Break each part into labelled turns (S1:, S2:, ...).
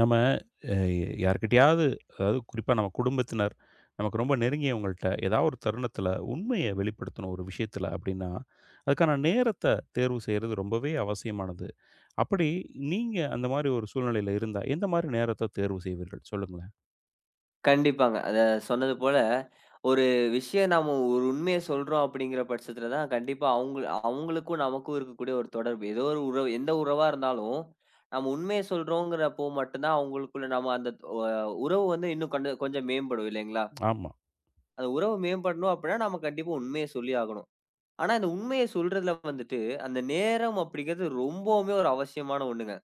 S1: நம்ம அ யார்கிட்டயாவது, அதாவது குறிப்பா நம்ம குடும்பத்தினர், நமக்கு ரொம்ப நெருங்கியவங்கள்ட்ட ஏதாவது ஒரு தருணத்தில உண்மைய வெளிப்படுத்தணும் ஒரு விஷயத்தில அப்படின்னா, அதுக்கான நேரத்த தேர்வு செய்றது ரொம்பவே அவசியமானது. அப்படி நீங்க அந்த மாரி ஒரு சூழ்நிலையில இருந்தா, எந்த மாரி நேரத்த தேர்வு செய்வீர்கள்? சொல்லுங்களேன்.
S2: கண்டிப்பாங்க. அத சொன்னது போல, ஒரு விஷயம் நாம ஒரு உண்மைய சொல்றோம் அப்படிங்கிற பட்சத்துல தான் கண்டிப்பா அவுங்க அவுங்களுக்கும் நமக்கும் இருக்கக்கூடிய ஒரு தொடர்பு. ஏதோ ஒரு உறவு எந்த உறவா இருந்தாலும், நம்ம உண்மைய சொல்றோங்கிறப்போ மட்டும் தான் அவுங்களுக்குள்ள நம்ம அந்த ஒ உறவு வந்து இன்னும் கண்டு கொஞ்சம் மேம்படும் இல்லைங்களா?
S1: ஆமா,
S2: அந்த உறவு மேம்படணும் அப்படின்னா நம்ம கண்டிப்பா உண்மைய சொல்லி ஆகணும். ஆனா இந்த உண்மைய சொல்றதுல வந்துட்டு, அந்த நேரம் அப்படிங்கிறது ரொம்பவுமே ஒரு அவசியமான ஒண்ணுங்க.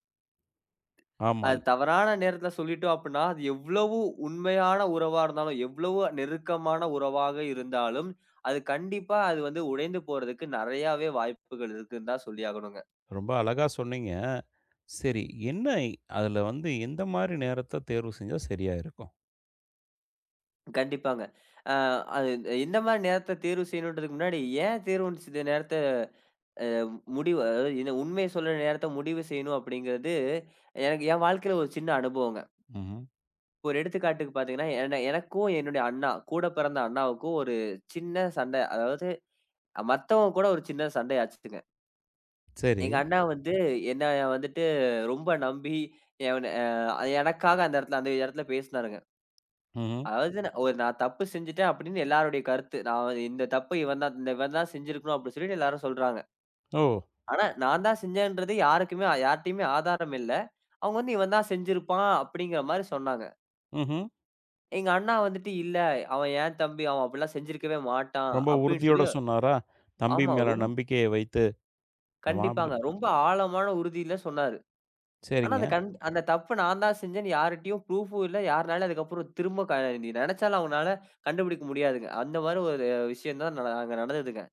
S1: ஆமா.
S2: அது தவறான நேரத்துல சொல்லிட்டோம் அப்டின்னா, அது எவ்வளவு உண்மையான உறவா இருந்தாலும், எவ்வளவு நெருக்கமான உறவாக இருந்தாலும், அது கண்டிப்பா அது வந்து உடைந்து போறதுக்கு நெறையாவே வாய்ப்புகள் இருக்குன்னு தான் சொல்லியாகணுங்க.
S1: ரொம்ப அழகா சொன்னீங்க. சரி, என்ன அதுல வந்து எந்த மாரி நேரத்த தேர்வு செஞ்சா சரியா இருக்கும்?
S2: கண்டிப்பாங்க. அ அது எந்த மாரி நேரத்த தேர்வு செய்யணுன்றதுக்கு முன்னாடி, ஏன் தேர்வு செய்த நேரத்த முடிவு அதாவது இந்த உண்மைய சொல்ற நேரத்த முடிவு செய்யணும் அப்டிங்கிறது, எனக்கு என் வாழ்க்கையில ஒரு சின்ன அனுபவங்க.
S1: ம்ஹ்ம்.
S2: இப்போ ஒரு எடுத்துக்காட்டுக்கு பாத்தீங்கன்னா, எனக்கும் என்னுடைய அண்ணா கூட பிறந்த அண்ணாவுக்கும் ஒரு சின்ன சண்டை அதாவது மத்தவங்க கூட ஒரு சின்ன சண்டை ஆச்சுங்க.
S1: சரி.
S2: எங்க அண்ணா வந்து என்னைய வந்துட்டு ரொம்ப நம்பி எவன அ எனக்காக அந்த இடத்துல பேசினாருங்க.
S1: ம்ஹ்ம்.
S2: அதாவது நான் தப்பு செஞ்சுட்டேன் அப்படின்னு எல்லாருடைய கருத்து. நான் வந்து இந்த தப்பு இவன் தான் செஞ்சிருக்கணும் அப்படின்னு சொல்லிட்டு எல்லாரும் சொல்றாங்க.
S1: ஓ!
S2: ஆனா நான் தான் செஞ்சேன்றது யாருக்குமே யார்ட்டயுமே ஆதாரம் இல்ல. அவங்க வந்து இவன் தான் செஞ்சிருப்பான் அப்படிங்கிற மாரி சொன்னாங்க.
S1: ம்ஹ்ம்.
S2: எங்க அண்ணா வந்துட்டு இல்ல அவன் என் தம்பி அவன் அப்படிலாம் செஞ்சிருக்கவே மாட்டான்
S1: ரொம்ப
S2: அப்படின்னு
S1: உறுதியோட
S2: சொல்லி
S1: சொன்னாரா? தம்பி
S2: ஆமா
S1: மேல நம்பிக்கைய வைத்து ஆமா
S2: கண்டிப்பாங்க.
S1: அப்படின்னு.
S2: ரொம்ப ஆழமான உறுதியில சொன்னாரு. ஆனா,
S1: சரிங்க.
S2: அந்த தப்பு நான் தான் செஞ்சேன்னு யார்ட்டயும் ப்ரூஃபும் இல்ல. யாருனாலயும் அதுக்கப்புறம் திரும்ப நீ நெனச்சாலும் அவங்கனால கண்டுபிடிக்க முடியாதுங்க. அந்த மாரி ஒரு விஷயம் தான் அங்க நடந்ததுங்க.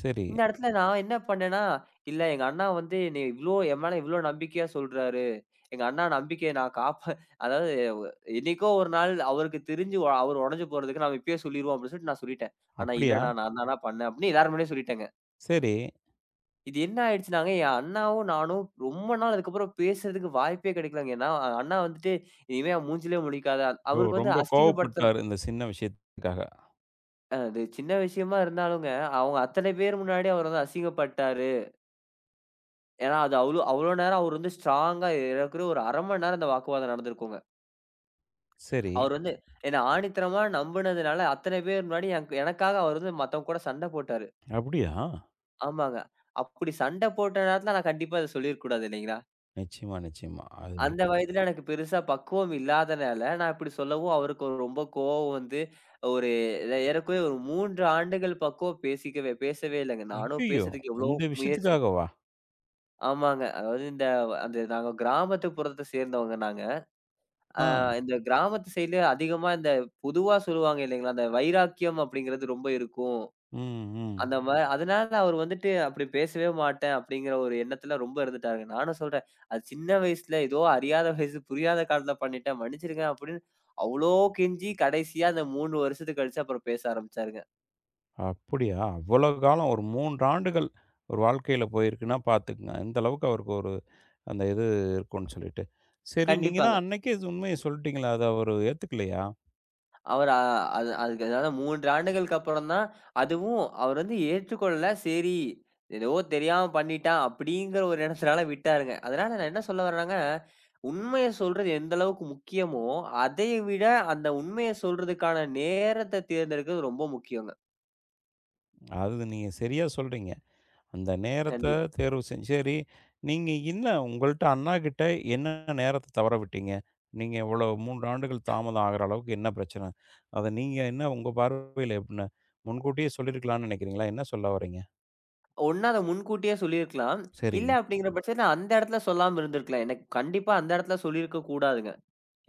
S1: சரி.
S2: இந்த இடத்துல நான் என்ன பண்ணேன்னா, இல்ல எங்க அண்ணா வந்து என்னைய இவ்ளோ என் மேல இவ்ளோ நம்பிக்கையா சொல்றாரு. எங்க அண்ணா நம்பிக்கைய நான் காப்ப அதாவது என்னைக்கோ ஒரு நாள் அவருக்கு தெரிஞ்சு அவரு உடைஞ்சு போறதுக்கு நாம இப்பயே சொல்லிருவோம் அப்படின்னு சொல்லிட்டு நான் சொல்லிட்டேன். ஆனா
S1: அப்படியா?
S2: இல்லண்ணா நான் தாண்ணா பண்ணேன் அப்படின்னு எல்லார் முன்னாடியும் சொல்லிட்டேங்க.
S1: சரி.
S2: இது என்ன ஆயிடுச்சுனாங்க, என் அண்ணாவும் நானும் ரொம்ப நாள் அதுக்கப்புறம் பேசுறதுக்கு வாய்ப்பே கிடைக்கலங்க. ஏன்னா, அண்ணா வந்துட்டு "இனிமே அவன் மூஞ்சிலயே முழிக்காத."
S1: ஓ!
S2: அவருக்கு வந்து
S1: ரொம்ப
S2: அசிங்கப்படுத்துற
S1: கோவப்பட்டாரு இந்த சின்ன விஷயத்துக்காக.
S2: அது சின்ன விஷயமா இருந்தாலுங்க, அவங்க அத்தனை பேர் முன்னாடி அவர் வந்து அசிங்கப்பட்டாரு. ஏன்னா, அது அவ்ளோ அவ்ளோ நேரம் அவர் வந்து ஸ்ட்ராங்கா ஏறக்குறைய ஒரு 1/2 மணி நேரம் அந்த வாக்குவாதம் நடந்திருக்குங்க.
S1: சரி.
S2: அவர் வந்து என்ன ஆணித்தனமா நம்புனதுனால அத்தனை பேர் முன்னாடி எனக்காக அவர் வந்து மத்தவங்க கூட சண்டை போட்டாரு.
S1: அப்படியா?
S2: ஆமாங்க. அப்படி சண்டை போட்ட நேரத்துல நான் கண்டிப்பா இத சொல்லியிருக்க கூடாது இல்லைங்களா?
S1: நிச்சயமா, நிச்சயமா. அது
S2: அந்த வயதில எனக்கு பெருசா பக்குவம் இல்லாதனால, நான் இப்படி சொல்லவும் அவருக்கு ஒரு ரொம்ப கோவம் வந்து, ஒரு ஏறக்குறைய ஒரு 3 ஆண்டுகள் பக்குவம் பேசிக்கவே பேசவே இல்லங்க. நானும்
S1: ஐய்யய்யோ!
S2: பேசுறதுக்கு எவ்வளோ
S1: இந்த
S2: முயற்சி
S1: விஷயத்துக்காகவா?
S2: ஆமாங்க. அதாவது இந்த அந்த நாங்க கிராமத்து புறத்த சேர்ந்தவங்க நாங்க. அ
S1: ஆ.
S2: இந்த கிராமத்து சைடுல அதிகமா இந்த பொதுவா சொல்லுவாங்க இல்லைங்களா? அந்த வைராக்கியம் அப்படிங்கிறது ரொம்ப இருக்கும்.
S1: ம், ம்.
S2: அந்த மாரி அதனால அவரு வந்துட்டு அப்படி பேசவே மாட்டேன் அப்படிங்கிற ஒரு எண்ணத்துல ரொம்ப இருந்துட்டாருங்க. நானும் சொல்றேன், அது சின்ன வயசுல ஏதோ அறியாத வயசு, புரியாத காரணத்துல பண்ணிட்டேன், மன்னிச்சிருங்க அப்படின்னு அவ்ளோ கெஞ்சி கடைசியா அந்த 3 வருஷத்துக்கு கழிச்சு அப்புறம் பேச ஆரம்பிச்சாருங்க.
S1: அப்படியா? அவ்வளோ காலம் ஒரு 3 ஆண்டுகள் ஒரு வாழ்க்கையில போயிருக்குன்னா பார்த்துக்கங்க. இந்த அளவுக்கு அவருக்கு ஒரு அந்த இது இருக்கும்னு சொல்லிட்டு. சரி, நீங்க
S2: கண்டிப்பாங்க.
S1: தான் அன்னைக்கே உண்மைய சொல்லிட்டீங்களே! அத அவரு ஏத்துக்கலையா?
S2: அவரு அ அது அதுக்கு அதாவது 3 ஆண்டுகளுக்கு அப்புறம் தான் அதுவும் அவர் வந்து ஏற்றுக்கொள்ளல. சரி, ஏதோ தெரியாம பண்ணிட்டான் அப்படிங்கிற ஒரு எண்ணத்தினால விட்டாருங்க. அதனால நான் என்ன சொல்ல வர்றேன்னாங்க, உண்மைய சொல்றது எந்த அளவுக்கு முக்கியமோ, அதை விட அந்த உண்மைய சொல்றதுக்கான நேரத்த தேர்ந்தெடுக்கிறது ரொம்ப முக்கியங்க.
S1: அது நீங்க சரியா சொல்றீங்க. அந்த நேரத்த
S2: கண்டிப்பா.
S1: தேர்வு செஞ்சு சரி, நீங்க என்ன உங்கள்ட்ட அண்ணா கிட்ட என்ன நேரத்த தவற விட்டீங்க? நீங்க இவ்வளோ 3 ஆண்டுகள் தாமதம் ஆகுற அளவுக்கு என்ன பிரச்சன? அத நீங்க என்ன உங்க பார்வையில என்ன? முன்கூட்டியே சொல்லியிருக்கலாம்னு நெனைக்கிறீங்களா? என்ன சொல்ல வர்றீங்க?
S2: ஒண்ணு அத முன்கூட்டியே சொல்லியிருக்கலாம். இல்ல
S1: சரிங்க.
S2: அப்படிங்கிற பட்சத்துல அந்த இடத்துல சொல்லாம இருந்திருக்கலாம். எனக்கு கண்டிப்பா அந்த இடத்துல சொல்லியிருக்க கூடாதுங்க.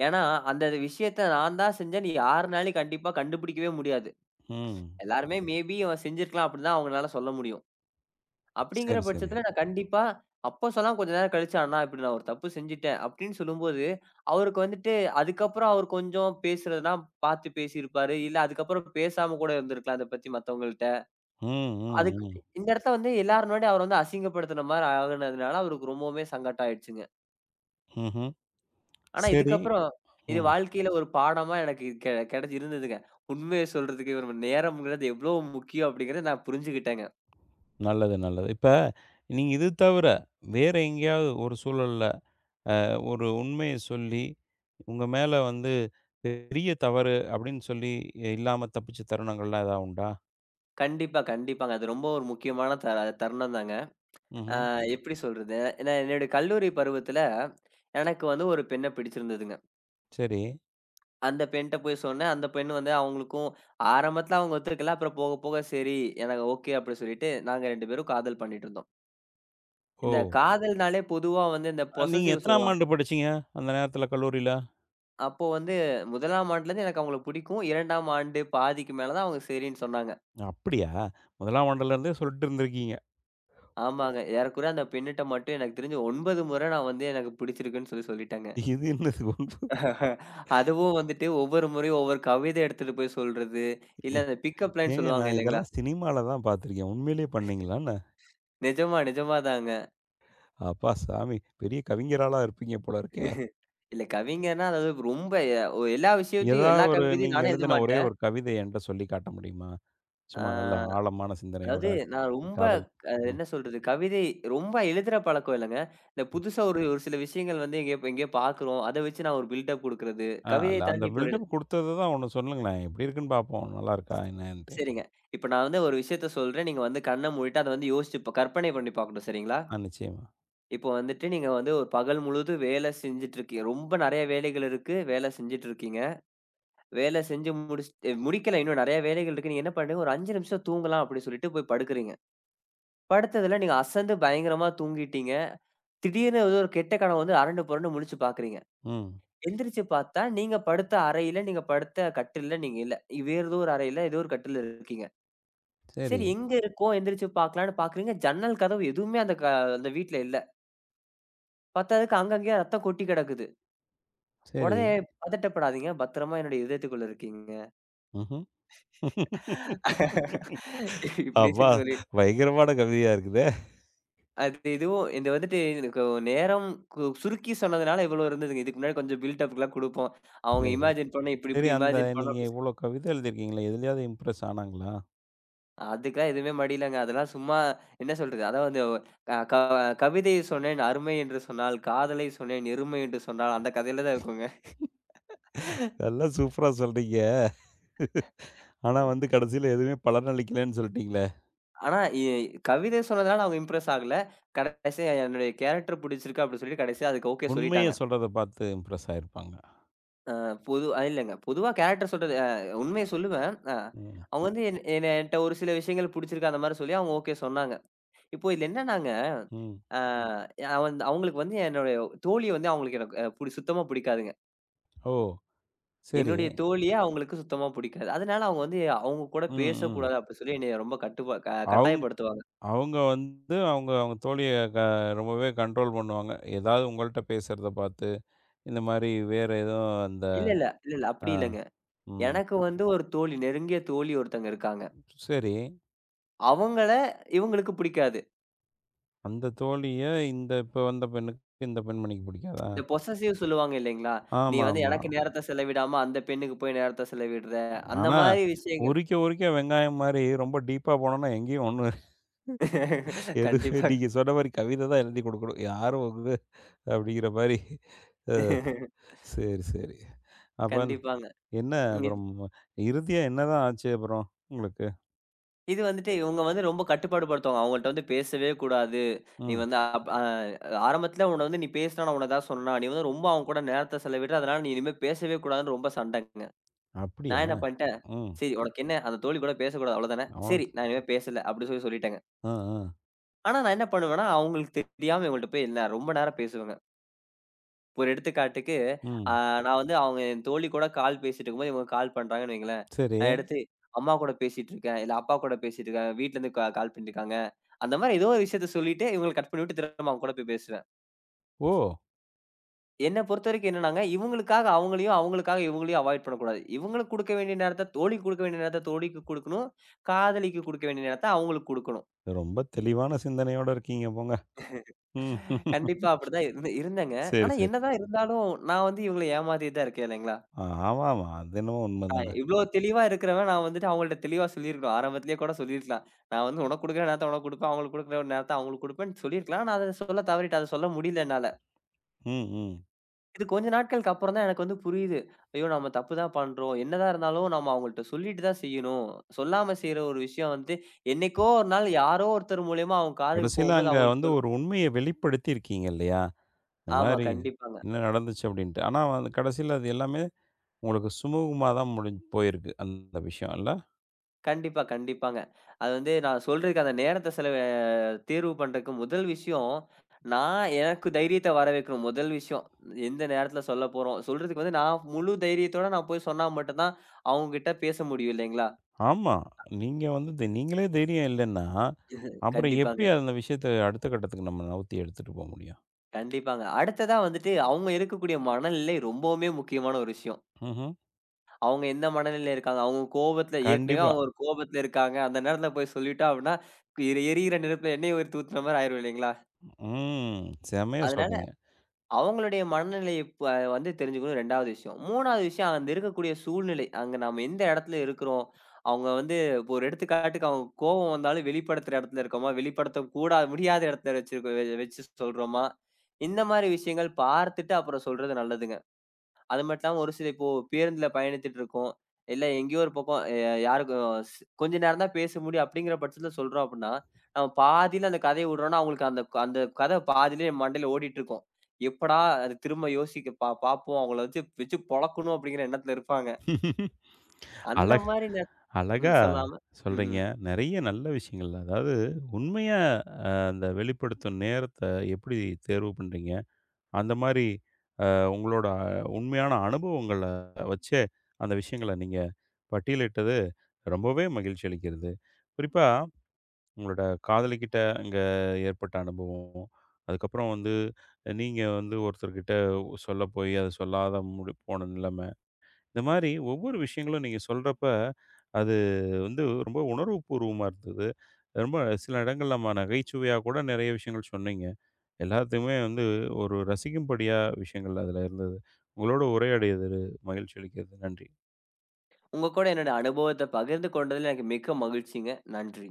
S2: ஏன்னா, அந்த விஷயத்த நான் தான் செஞ்சேன்னு யாருனாலயும் கண்டிப்பா கண்டுபிடிக்கவே முடியாது.
S1: ம்.
S2: எல்லாருமே மேபி அவன் செஞ்சிருக்கலாம் அப்டின்னு தான் அவங்கனால சொல்ல முடியும். அப்டிங்கிற
S1: சரி, சரிங்க.
S2: பட்சத்துல நான் கண்டிப்பா அப்போ சொல்லாம கொஞ்ச நேரம் கழிச்சு, "அண்ணா இப்டி நான் ஒரு தப்பு செஞ்சுட்டேன்" அப்டின்னு சொல்லும்போது, அவருக்கு வந்துட்டு அதுக்கப்புறம் அவர் கொஞ்சம் பேசுறதெல்லாம் பாத்து பேசியிருப்பாரு. இல்ல அதுக்கப்புறம் பேசாம கூட இருந்திருக்கலாம் இத பத்தி மத்தவங்கள்ட்ட.
S1: ம், ம்,
S2: அதுக்கு
S1: ம்.
S2: இந்த இடத்துல வந்து எல்லார் முன்னாடியும் அவர வந்து அசிங்கப்படுத்துன மாரி ஆகுனதுனால அவருக்கு ரொம்பவுமே சங்கடம் ஆயிடுச்சுங்க.
S1: ம்ஹ்ம்.
S2: ஆனா
S1: சரி.
S2: இதுக்கப்புறம் இது
S1: ம்.
S2: வாழ்க்கையில ஒரு பாடமா எனக்கு கெடச்சி இருந்ததுங்க. உண்மைய சொல்றதுக்கு இவர் நேரம்ங்கிறது எவ்ளோ முக்கியம் அப்டிங்கிறத நான் புரிஞ்சுகிட்டேங்க.
S1: நல்லது, நல்லது. இப்ப நீங்க இது தவிர வேற எங்கேயாவது ஒரு சூழல்ல ஒரு உண்மைய சொல்லி, உங்க மேல வந்து பெரிய தவறு அப்படின்னு சொல்லி இல்லாம தப்பிச்ச தருணங்கள்லாம் ஏதாவது உண்டா?
S2: கண்டிப்பா, கண்டிப்பாங்க. அது ரொம்ப ஒரு முக்கியமான தருணம் தாங்க. அ
S1: ம்ஹ்ம்.
S2: எப்படி சொல்றது? ஏன்னா என்னுடைய கல்லூரி பருவத்துல, எனக்கு வந்து ஒரு பெண்ண பிடிச்சிருந்ததுங்க.
S1: சரி.
S2: அந்த பெண்ட்ட போய் சொன்னேன். அந்த பெண் வந்து அவங்களுக்கும் ஆரம்பத்துல அவங்க ஒத்துக்கல. அப்புறம் போக போக சரி எனக்கு ஓகே அப்படி சொல்லிட்டு, நாங்க 2 பேரும் காதல் பண்ணிட்டு இருந்தோம்.
S1: ஓ!
S2: இந்த காதல்னாலே பொதுவா வந்து இந்த
S1: நீங்க
S2: பொசசிவ்
S1: எத்தனாம்
S2: சொல்லுவாங்க.
S1: ஆண்டு படிச்சீங்க? அந்த நேரத்துல கல்லூரியில?
S2: அப்போ வந்து 1ஆம் ஆண்டுலேருந்து எனக்கு அவங்கள பிடிக்கும். 2ஆம் ஆண்டு பாதிக்கு மேல தான் அவங்க சரின்னு சொன்னாங்க.
S1: அப்படியா? 1ஆம் ஆண்டுல இருந்தே சொல்லிட்டு இருந்திருக்கீங்க.
S2: ஆமாங்க. ஏறக்குறைய அந்த பெண்ணுட்ட மட்டும் எனக்கு தெரிஞ்சு 9 முறை நான் வந்து எனக்கு பிடிச்சிருக்குன்னு சொல்லி சொல்லிட்டேங்க.
S1: இது என்னது ஒன்பு
S2: அதுவும் வந்துட்டு ஒவ்வொரு முறையும் ஒவ்வொரு கவிதை எடுத்துட்டு போய் சொல்றது.
S1: எ
S2: இல்ல அந்த பிக்கப் லைன்
S1: ஏங்க
S2: சொல்லுவாங்க
S1: நான்
S2: இல்லைங்களா?
S1: இதெல்லாம் சினிமால தான் பார்த்துருக்கேன். உண்மையிலேயே பண்ணீங்களான்னு?
S2: நிஜமா, நிஜமாதாங்க.
S1: அப்பா சாமி! பெரிய கவிஞராளா இருப்பீங்க போல இருக்கே.
S2: இல்ல கவிஞர்னா அதாவது ரொம்ப எல்லா விஷயத்தையும்
S1: ஏதாவது
S2: எல்லா
S1: ஒரு
S2: கவிதையும்
S1: நீங்க
S2: நானே எழுத
S1: எழுதின ஒரே
S2: மாட்டேன்.
S1: ஒரு கவிதை என்ட்ட சொல்லி காட்ட முடியுமா?
S2: ஆ
S1: சும்மா நல்ல ஆழமான சிந்தனையோட
S2: அதாவது நான் ரொம்ப
S1: காதல்.
S2: என்ன சொல்றது? கவிதை ரொம்ப எழுதுற பழக்கம் இல்லங்க. இந்த புதுசா ஒரு ஒரு சில விஷயங்கள் வந்து எங்கேயோ எங்கேயோ பார்க்குறோம். அத வச்சு நான் ஒரு பில்டப் குடுக்குறது.
S1: ஆ இல்ல
S2: கவிதைய
S1: அந்த
S2: தாண்டி இப்போ ஒரு
S1: பில்டப் குடுத்தது தான் ஒண்ணு சொல்லுங்களேன். எப்படி இருக்குன்னு பார்ப்போம். நல்லா இருக்கா என்னன்ட்டு?
S2: சரிங்க. இப்ப நான் வந்து ஒரு விஷயத்த சொல்றேன். நீங்க வந்து கண்ண மூடிட்டு அத வந்து யோசிச்சு கற்பனை பண்ணி பார்க்கணும். சரிங்களா?
S1: ஆ நிச்சயமா.
S2: இப்போ வந்துட்டு நீங்க வந்து ஒரு பகல் முழுதும் வேலை செஞ்சுட்டு இருக்கீங்க. ரொம்ப நெறைய வேலைகள் இருக்கு. வேலை செஞ்சுட்டு இருக்கீங்க. வேலை செஞ்சு முடிச்சுட்டு முடிக்கல இன்னும் நெறைய வேலைகள் இருக்கு. நீங்க என்ன பண்றீங்க, ஒரு 5 நிமிஷம் தூங்கலாம் அப்டின்னு சொல்லிட்டு போய் படுக்குறீங்க. படுத்ததுல நீங்க அசந்து பயங்கரமா தூங்கிட்டீங்க. திடீர்னு ஏதோ ஒரு கெட்ட கனவு வந்து அரண்டு புரண்டு முழிச்சு பாக்குறீங்க.
S1: ம்.
S2: எந்திரிச்சு பார்த்தா நீங்க படுத்த அறையில, நீங்க படுத்த கட்டில்ல நீங்க இல்ல. வேறு ஏதோ ஒரு அறையில ஏதோ ஒரு கட்டில்ல இருக்கீங்க.
S1: சரி,
S2: சரி எங்க இருக்கோம் எந்திரிச்சு பார்க்கலான்னு பார்க்குறீங்க. ஜன்னல் கதவு எதுவுமே அந்த அந்த வீட்ல இல்ல. பத்தாததுக்கு அங்கங்கேயே ரத்தம் கொட்டி கிடக்குது.
S1: சரி.
S2: உடனே பதட்டப்படாதீங்க. பத்திரமா என்னுடைய இதயத்துக்குள்ள இருக்கீங்க.
S1: ம்ஹ்ம். அப்பா!
S2: இப்படின்னு சொல்லி
S1: பயங்கரமான கவிதையா இருக்குதே!
S2: அது இதுவும் இது வந்துட்டு எனக்கு நேரம் சுருக்கி சொன்னதுனால இவ்வளோ இருந்ததுங்க. இதுக்கு முன்னாடி கொஞ்சம் பில்ட் அப்லாம் குடுப்போம். அவங்க
S1: சரி.
S2: இமேஜின் பண்ண இப்படி
S1: சரி
S2: இப்படி
S1: அந்த
S2: இமேஜின் பண்ணோம்
S1: நீங்க
S2: அப்படி சொல்லி.
S1: இவ்வளோ கவிதை எழுதியிருக்கீங்களே, எதுலயாவது இம்ப்ரெஸ் ஆனாங்களா?
S2: அதுக்கெல்லாம் எதுவுமே மடியலங்க. அதெல்லாம் சும்மா என்ன சொல்றது? அதாவது அ க கவிதை சொன்னேன் அருமை என்று சொன்னால், காதலை சொன்னேன் எருமை என்று சொன்னால் அந்த கதையில தான் இருக்குங்க.
S1: எல்லாம் சூப்பரா சொல்றீங்க. ஆனா வந்து கடைசியில எதுவுமே பலனளிக்கலன்னு சொல்லிட்டீங்களே!
S2: ஆனா கவிதை சொன்னதுனால அவங்க இம்ப்ரெஸ் ஆகல. கடைசியா என்னுடைய கேரக்டர் பிடிச்சிருக்கு அப்படின்னு சொல்லி கடைசியா அதுக்கு ஓகே
S1: உண்மைய
S2: சொல்லிட்டாங்க.
S1: சொல்றத பார்த்து இம்ப்ரெஸ் ஆயிருப்பாங்க.
S2: பொது அ இல்லங்க. பொதுவா கேரக்டர் சொல்றது உண்மைய சொல்லுவேன்.
S1: ம்,
S2: அவங்க வந்து என்ட்ட ஒரு சில விஷயங்கள் புடிச்சிருக்கு அந்த மாரி சொல்லி அவங்க ஓகே சொன்னாங்க. இப்போ இதுல என்னன்னாங்க,
S1: ம்.
S2: அ அவன் அவங்களுக்கு வந்து என்னுடைய தோழிய வந்து அவங்களுக்கு எனக்கு அ புடி சுத்தமா புடிக்காதுங்க.
S1: ஓ! சரி.
S2: என்னுடைய தோழிய அவங்களுக்கு சுத்தமா புடிக்காது. அதனால அவங்க வந்து அவங்க கூட
S1: ம், ம்.
S2: பேசக்கூடாது அப்படி சொல்லி என்னைய ரொம்ப கட்டுப்பா க
S1: அவுங்
S2: கட்டாயப்படுத்துவாங்க.
S1: அவங்க வந்து அவங்க அவங்க தோழிய க ரொம்பவே கண்ட்ரோல் பண்ணுவாங்க. ஏதாவது உங்கள்ட்ட பேசுறத பார்த்து, இந்த மாரி வேற ஏதோ அந்த
S2: இல்ல, இல்ல, இல்ல, இல்ல.
S1: ஆ,
S2: அப்படி இல்லங்க.
S1: ம்.
S2: எனக்கு வந்து ஒரு தோழி, நெருங்கிய தோழி ஒருத்தங்க இருக்காங்க.
S1: சரி.
S2: அவங்கள இவங்களுக்கு புடிக்காது.
S1: அந்த தோழிய இந்த இப்ப வந்த பெண்ணுக்கு, இந்த பெண்மணிக்கு பிடிக்காதா?
S2: இந்த பொசசிவ் சொல்லுவாங்க இல்லைங்களா? நீ வந்து
S1: ஆமாமா.
S2: எனக்கு நேரத்த செலவிடாம அந்த பெண்ணுக்கு போய் நேரத்த செலவிடுற. அந்த
S1: ஆனா,
S2: மாரி விஷயங்கள்.
S1: உரிக்க உரிக்க வெங்காயம் மாரி ரொம்ப டீப்பா போனோம்னா எங்கேயும் ஒண்ணு எது
S2: கண்டிப்பா.
S1: நீங்க சொன்ன மாரி கவிதை தான் எழுதி குடுக்கணும். யாரும் வந்து அப்படிங்கிற மாரி. அ சரி, சரி. அப்ப
S2: கண்டிப்பாங்க.
S1: என்ன
S2: இது
S1: அப்புறம் இறுதியா என்னதான் ஆச்சு அப்புறம் உங்களுக்கு?
S2: இது வந்துட்டு இவங்க வந்து ரொம்ப கட்டுப்பாடு படுத்துவாங்க. அவங்கள்ட்ட வந்து பேசவே கூடாது. நீ
S1: ம்.
S2: வந்து அப் அ ஆரம்பத்துல உன்ன வந்து நீ பேசினா நான் உன்ன ஏதாவது சொன்னா, நீ வந்து ரொம்ப அவங்க கூட நேரத்த செலவிடுற. அதனால நீ இனிமே பேசவே கூடாதுன்னு ரொம்ப சண்டைங்க. நான்
S1: அப்படியா?
S2: என்ன பண்ணிட்டேன்,
S1: ம்.
S2: சரி உனக்கு என்ன அந்த தோழி கூட பேசக்கூடாது அவ்வளோதானே. சரி
S1: அவனுக்கு
S2: நான் இனிமே பேசல அப்படின்னு சொல்லி சொல்லிட்டேங்க.
S1: ஆ, ஆ.
S2: ஆனா நான் என்ன பண்ணுவேன்னா, அவங்களுக்கு தெரியாம இவங்கள்ட்ட போய் நான் ரொம்ப நேரம் பேசுவேங்க. ஒரு எடுத்துக்காட்டுக்கு, அ
S1: ம்.
S2: நான் வந்து அவங்க என் தோழி கூட கால் பேசிட்டு இருக்கும்போது, இவங்க கால் பண்றாங்கன்னு வைங்களேன்.
S1: சரி.
S2: நான் எடுத்து அம்மா கூட பேசிட்டு இருக்கேன், இல்ல அப்பா கூட பேசிட்டு இருக்கேன், வீட்லருந்து கால் பண்ணிருக்காங்க. அந்த மாரி ஏதோ ஒரு விஷயத்த சொல்லிட்டு இவங்கள கட் பண்ணிவிட்டு திரும்ப அவங்க கூட போய் பேசுவேன்.
S1: ஓ!
S2: என்ன பொறுத்தவரைக்கும் என்னன்னாங்க, இவங்களுக்காக அவங்களையும், அவங்களுக்காக இவங்களையும் அவாய்ட் பண்ணக்கூடாது. இவங்களுக்கு குடுக்க வேண்டிய நேரத்த தோழிக்கு குடுக்க வேண்டிய நேரத்த தோழிக்கு குடுக்கணும். காதலிக்கு குடுக்க வேண்டிய நேரத்த அவங்களுக்கு குடுக்கணும்.
S1: ரொம்ப தெளிவான சிந்தனையோட இருக்கீங்க போங்க. ம்.
S2: கண்டிப்பா அப்படிதான் இருந்து இருந்தேங்க.
S1: சரி,
S2: ஆனா
S1: சரி.
S2: என்னதான் இருந்தாலும், நான் வந்து இவங்கள ஏமாத்திட்டு தான் இருக்கேன் இல்லைங்களா?
S1: ஆமாமா. அது என்னமோ
S2: அ
S1: உண்மதானே.
S2: இவ்ளோ தெளிவா இருக்கிறவன் நான் வந்துட்டு அவங்கள்ட்ட தெளிவா சொல்லியிருக்கணும். ஆரம்பத்திலேயே கூட சொல்லியிருக்கலாம். நான் வந்து உனக்கு குடுக்குற நேரத்த உனக்கு குடுப்பேன். அவங்களுக்கு குடுக்குற நேரத்த அவங்களுக்கு குடுப்பேன்னு சொல்லியிருக்கலாம். நான் அத சொல்ல தவறிட்டேன். அத சொல்ல முடியல என்னால.
S1: ம், ம்.
S2: இது கொஞ்ச நாட்களுக்கு அப்புறம் தான் எனக்கு வந்து புரியுது. ஐயோ! நம்ம தப்பு தான் பண்றோம். என்னதான் இருந்தாலும் நம்ம அவங்கள்ட்ட சொல்லிட்டு தான் செய்யணும். சொல்லாம செய்ற ஒரு விஷயம் வந்து என்னைக்கோ ஒரு நாள் யாரோ ஒருத்தர் மூலியமா அவங்க காதுக்கு
S1: கடைசியில
S2: போகும்போது
S1: அங்க வந்து
S2: அவங்களுக்கு எவ்ளோ
S1: ஒரு உண்மைய வெளிப்படுத்தி இருக்கீங்க இல்லையா? இந்த
S2: ஆமா,
S1: மாதிரி
S2: கண்டிப்பாங்க.
S1: என்ன நடந்துச்சு அப்படின்ட்டு. ஆனா வந்து கடைசியில அது எல்லாமே உங்களுக்கு சுமூகமா தான் முடிஞ்சு போயிருக்கு. அந்த விஷயம் இல்ல?
S2: கண்டிப்பா, கண்டிப்பாங்க. அது வந்து நான் சொல்றதுக்கு அந்த நேரத்த செலவு தீர்வு பண்றதுக்கு முதல் விஷயம், நான் எனக்கு தைரியத்த வர வைக்கணும் முதல் விஷயம். எந்த நேரத்துல சொல்லப் போறோம். சொல்றதுக்கு வந்து நான் முழு தைரியத்தோட நான் போய் சொன்னா மட்டும் தான் அவங்ககிட்ட பேச முடியும் இல்லைங்களா?
S1: ஆமா. நீங்க வந்து நீங்களே தைரியம் இல்லன்னா, அப்புறம்
S2: கண்டிப்பாங்க,
S1: எப்படி அந்த விஷயத்த அடுத்த கட்டத்துக்கு நம்ம நவுத்தி எடுத்துட்டு போ முடியும்?
S2: கண்டிப்பாங்க. அடுத்ததா வந்துட்டு அவங்க இருக்கக்கூடிய மனநிலை ரொம்பவுமே முக்கியமான ஒரு விஷயம்.
S1: ம்ஹ்ம்.
S2: அவங்க எந்த மனநிலையில இருக்காங்க? அவங்க கோபத்துல ஏற்கனவே
S1: கண்டிப்பா.
S2: அவங்க ஒரு கோபத்துல இருக்காங்க. அந்த நேரத்துல போய் சொல்லிட்டோம் அப்படின்னா, எரி எரியிற நெருப்புல எண்ணெய ஊத்தி ஊத்துன மாரி ஆயிரும் இல்லைங்களா?
S1: ம். செம்மையா
S2: அதனால
S1: சொல்றீங்க.
S2: அவங்களுடைய மனநிலைய ப வந்து தெரிஞ்சுக்கணும் 2வது விஷயம். 3வது விஷயம் அங்க இருக்கக்கூடிய சூழ்நிலை. அங்க நம்ம எந்த இடத்துல இருக்கிறோம்? அவங்க வந்து இப்போ ஒரு எடுத்துக்காட்டுக்கு அவங்க கோவம் வந்தாலும் வெளிப்படுத்துற இடத்துல இருக்கோமா? வெளிப்படுத்த கூடா முடியாத இடத்துல வச்சிருக்க வச்சு சொல்றோமா? இந்த மாரி விஷயங்கள் பார்த்துட்டு அப்புறம் சொல்றது நல்லதுங்க. அது மட்டும் இல்லாம ஒரு சில இப்போ பேருந்துல பயணித்துட்டு இருக்கோம். இல்ல எங்கேயோ ஒரு பக்கம் யாருக்கும் ஸ் கொஞ்ச நேரம் தான் பேச முடியும் அப்படிங்கிற பட்சத்துல சொல்றோம் அப்படின்னா, நம்ம பாதியில அந்த கதைய விடுறோம்னா, அவங்களுக்கு அந்த அந்த கதை பாதியிலேயே மண்டையில ஓடிட்டு இருக்கும். எப்படா அது திரும்ப யோசிக்க பார்ப்போம். அவங்கள வச்சு வச்சு பொழக்கணும் அப்படிங்கிற எண்ணத்துல இருப்பாங்க. அந்த
S1: அழக
S2: மாரி ம்.
S1: அழகா
S2: சொல்லாம ம்,
S1: சொல்றீங்க.
S2: ம்.
S1: நெறைய நல்ல விஷயங்கள். அதாவது உண்மையா அந்த வெளிப்படுத்தும் நேரத்த எப்படி தேர்வு பண்றீங்க? அந்த மாரி உங்களோட உண்மையான அனுபவங்கள வச்சே அந்த விஷயங்கள நீங்க பட்டியலிட்டது ரொம்பவே மகிழ்ச்சி அளிக்கிறது. குறிப்பா உங்களோட காதலிகிட்ட அங்க ஏற்பட்ட அனுபவம், அதுக்கப்புறம் வந்து நீங்க வந்து ஒருத்தர்கிட்ட சொல்ல போய் அத சொல்லாத முடி போன நிலைம. இந்த மாரி ஒவ்வொரு விஷயங்களும் நீங்க சொல்றப்ப, அது வந்து ரொம்ப உணர்வுபூர்வமா இருந்தது. ரொம்ப சில இடங்கள்ல நம்ம நகைச்சுவையா கூட நிறைய விஷயங்கள் சொன்னீங்க. எல்லாத்தையுமே வந்து ஒரு ரசிக்கும்படியா விஷயங்கள் அதில இருந்தது. உங்களோட உரையாடியது மகிழ்ச்சி அளிக்கிறது. நன்றி.
S2: உங்க கூட என்னோட அனுபவத்த பகிர்ந்து கொண்டதுல எனக்கு மிக்க மகிழ்ச்சிங்க. நன்றி.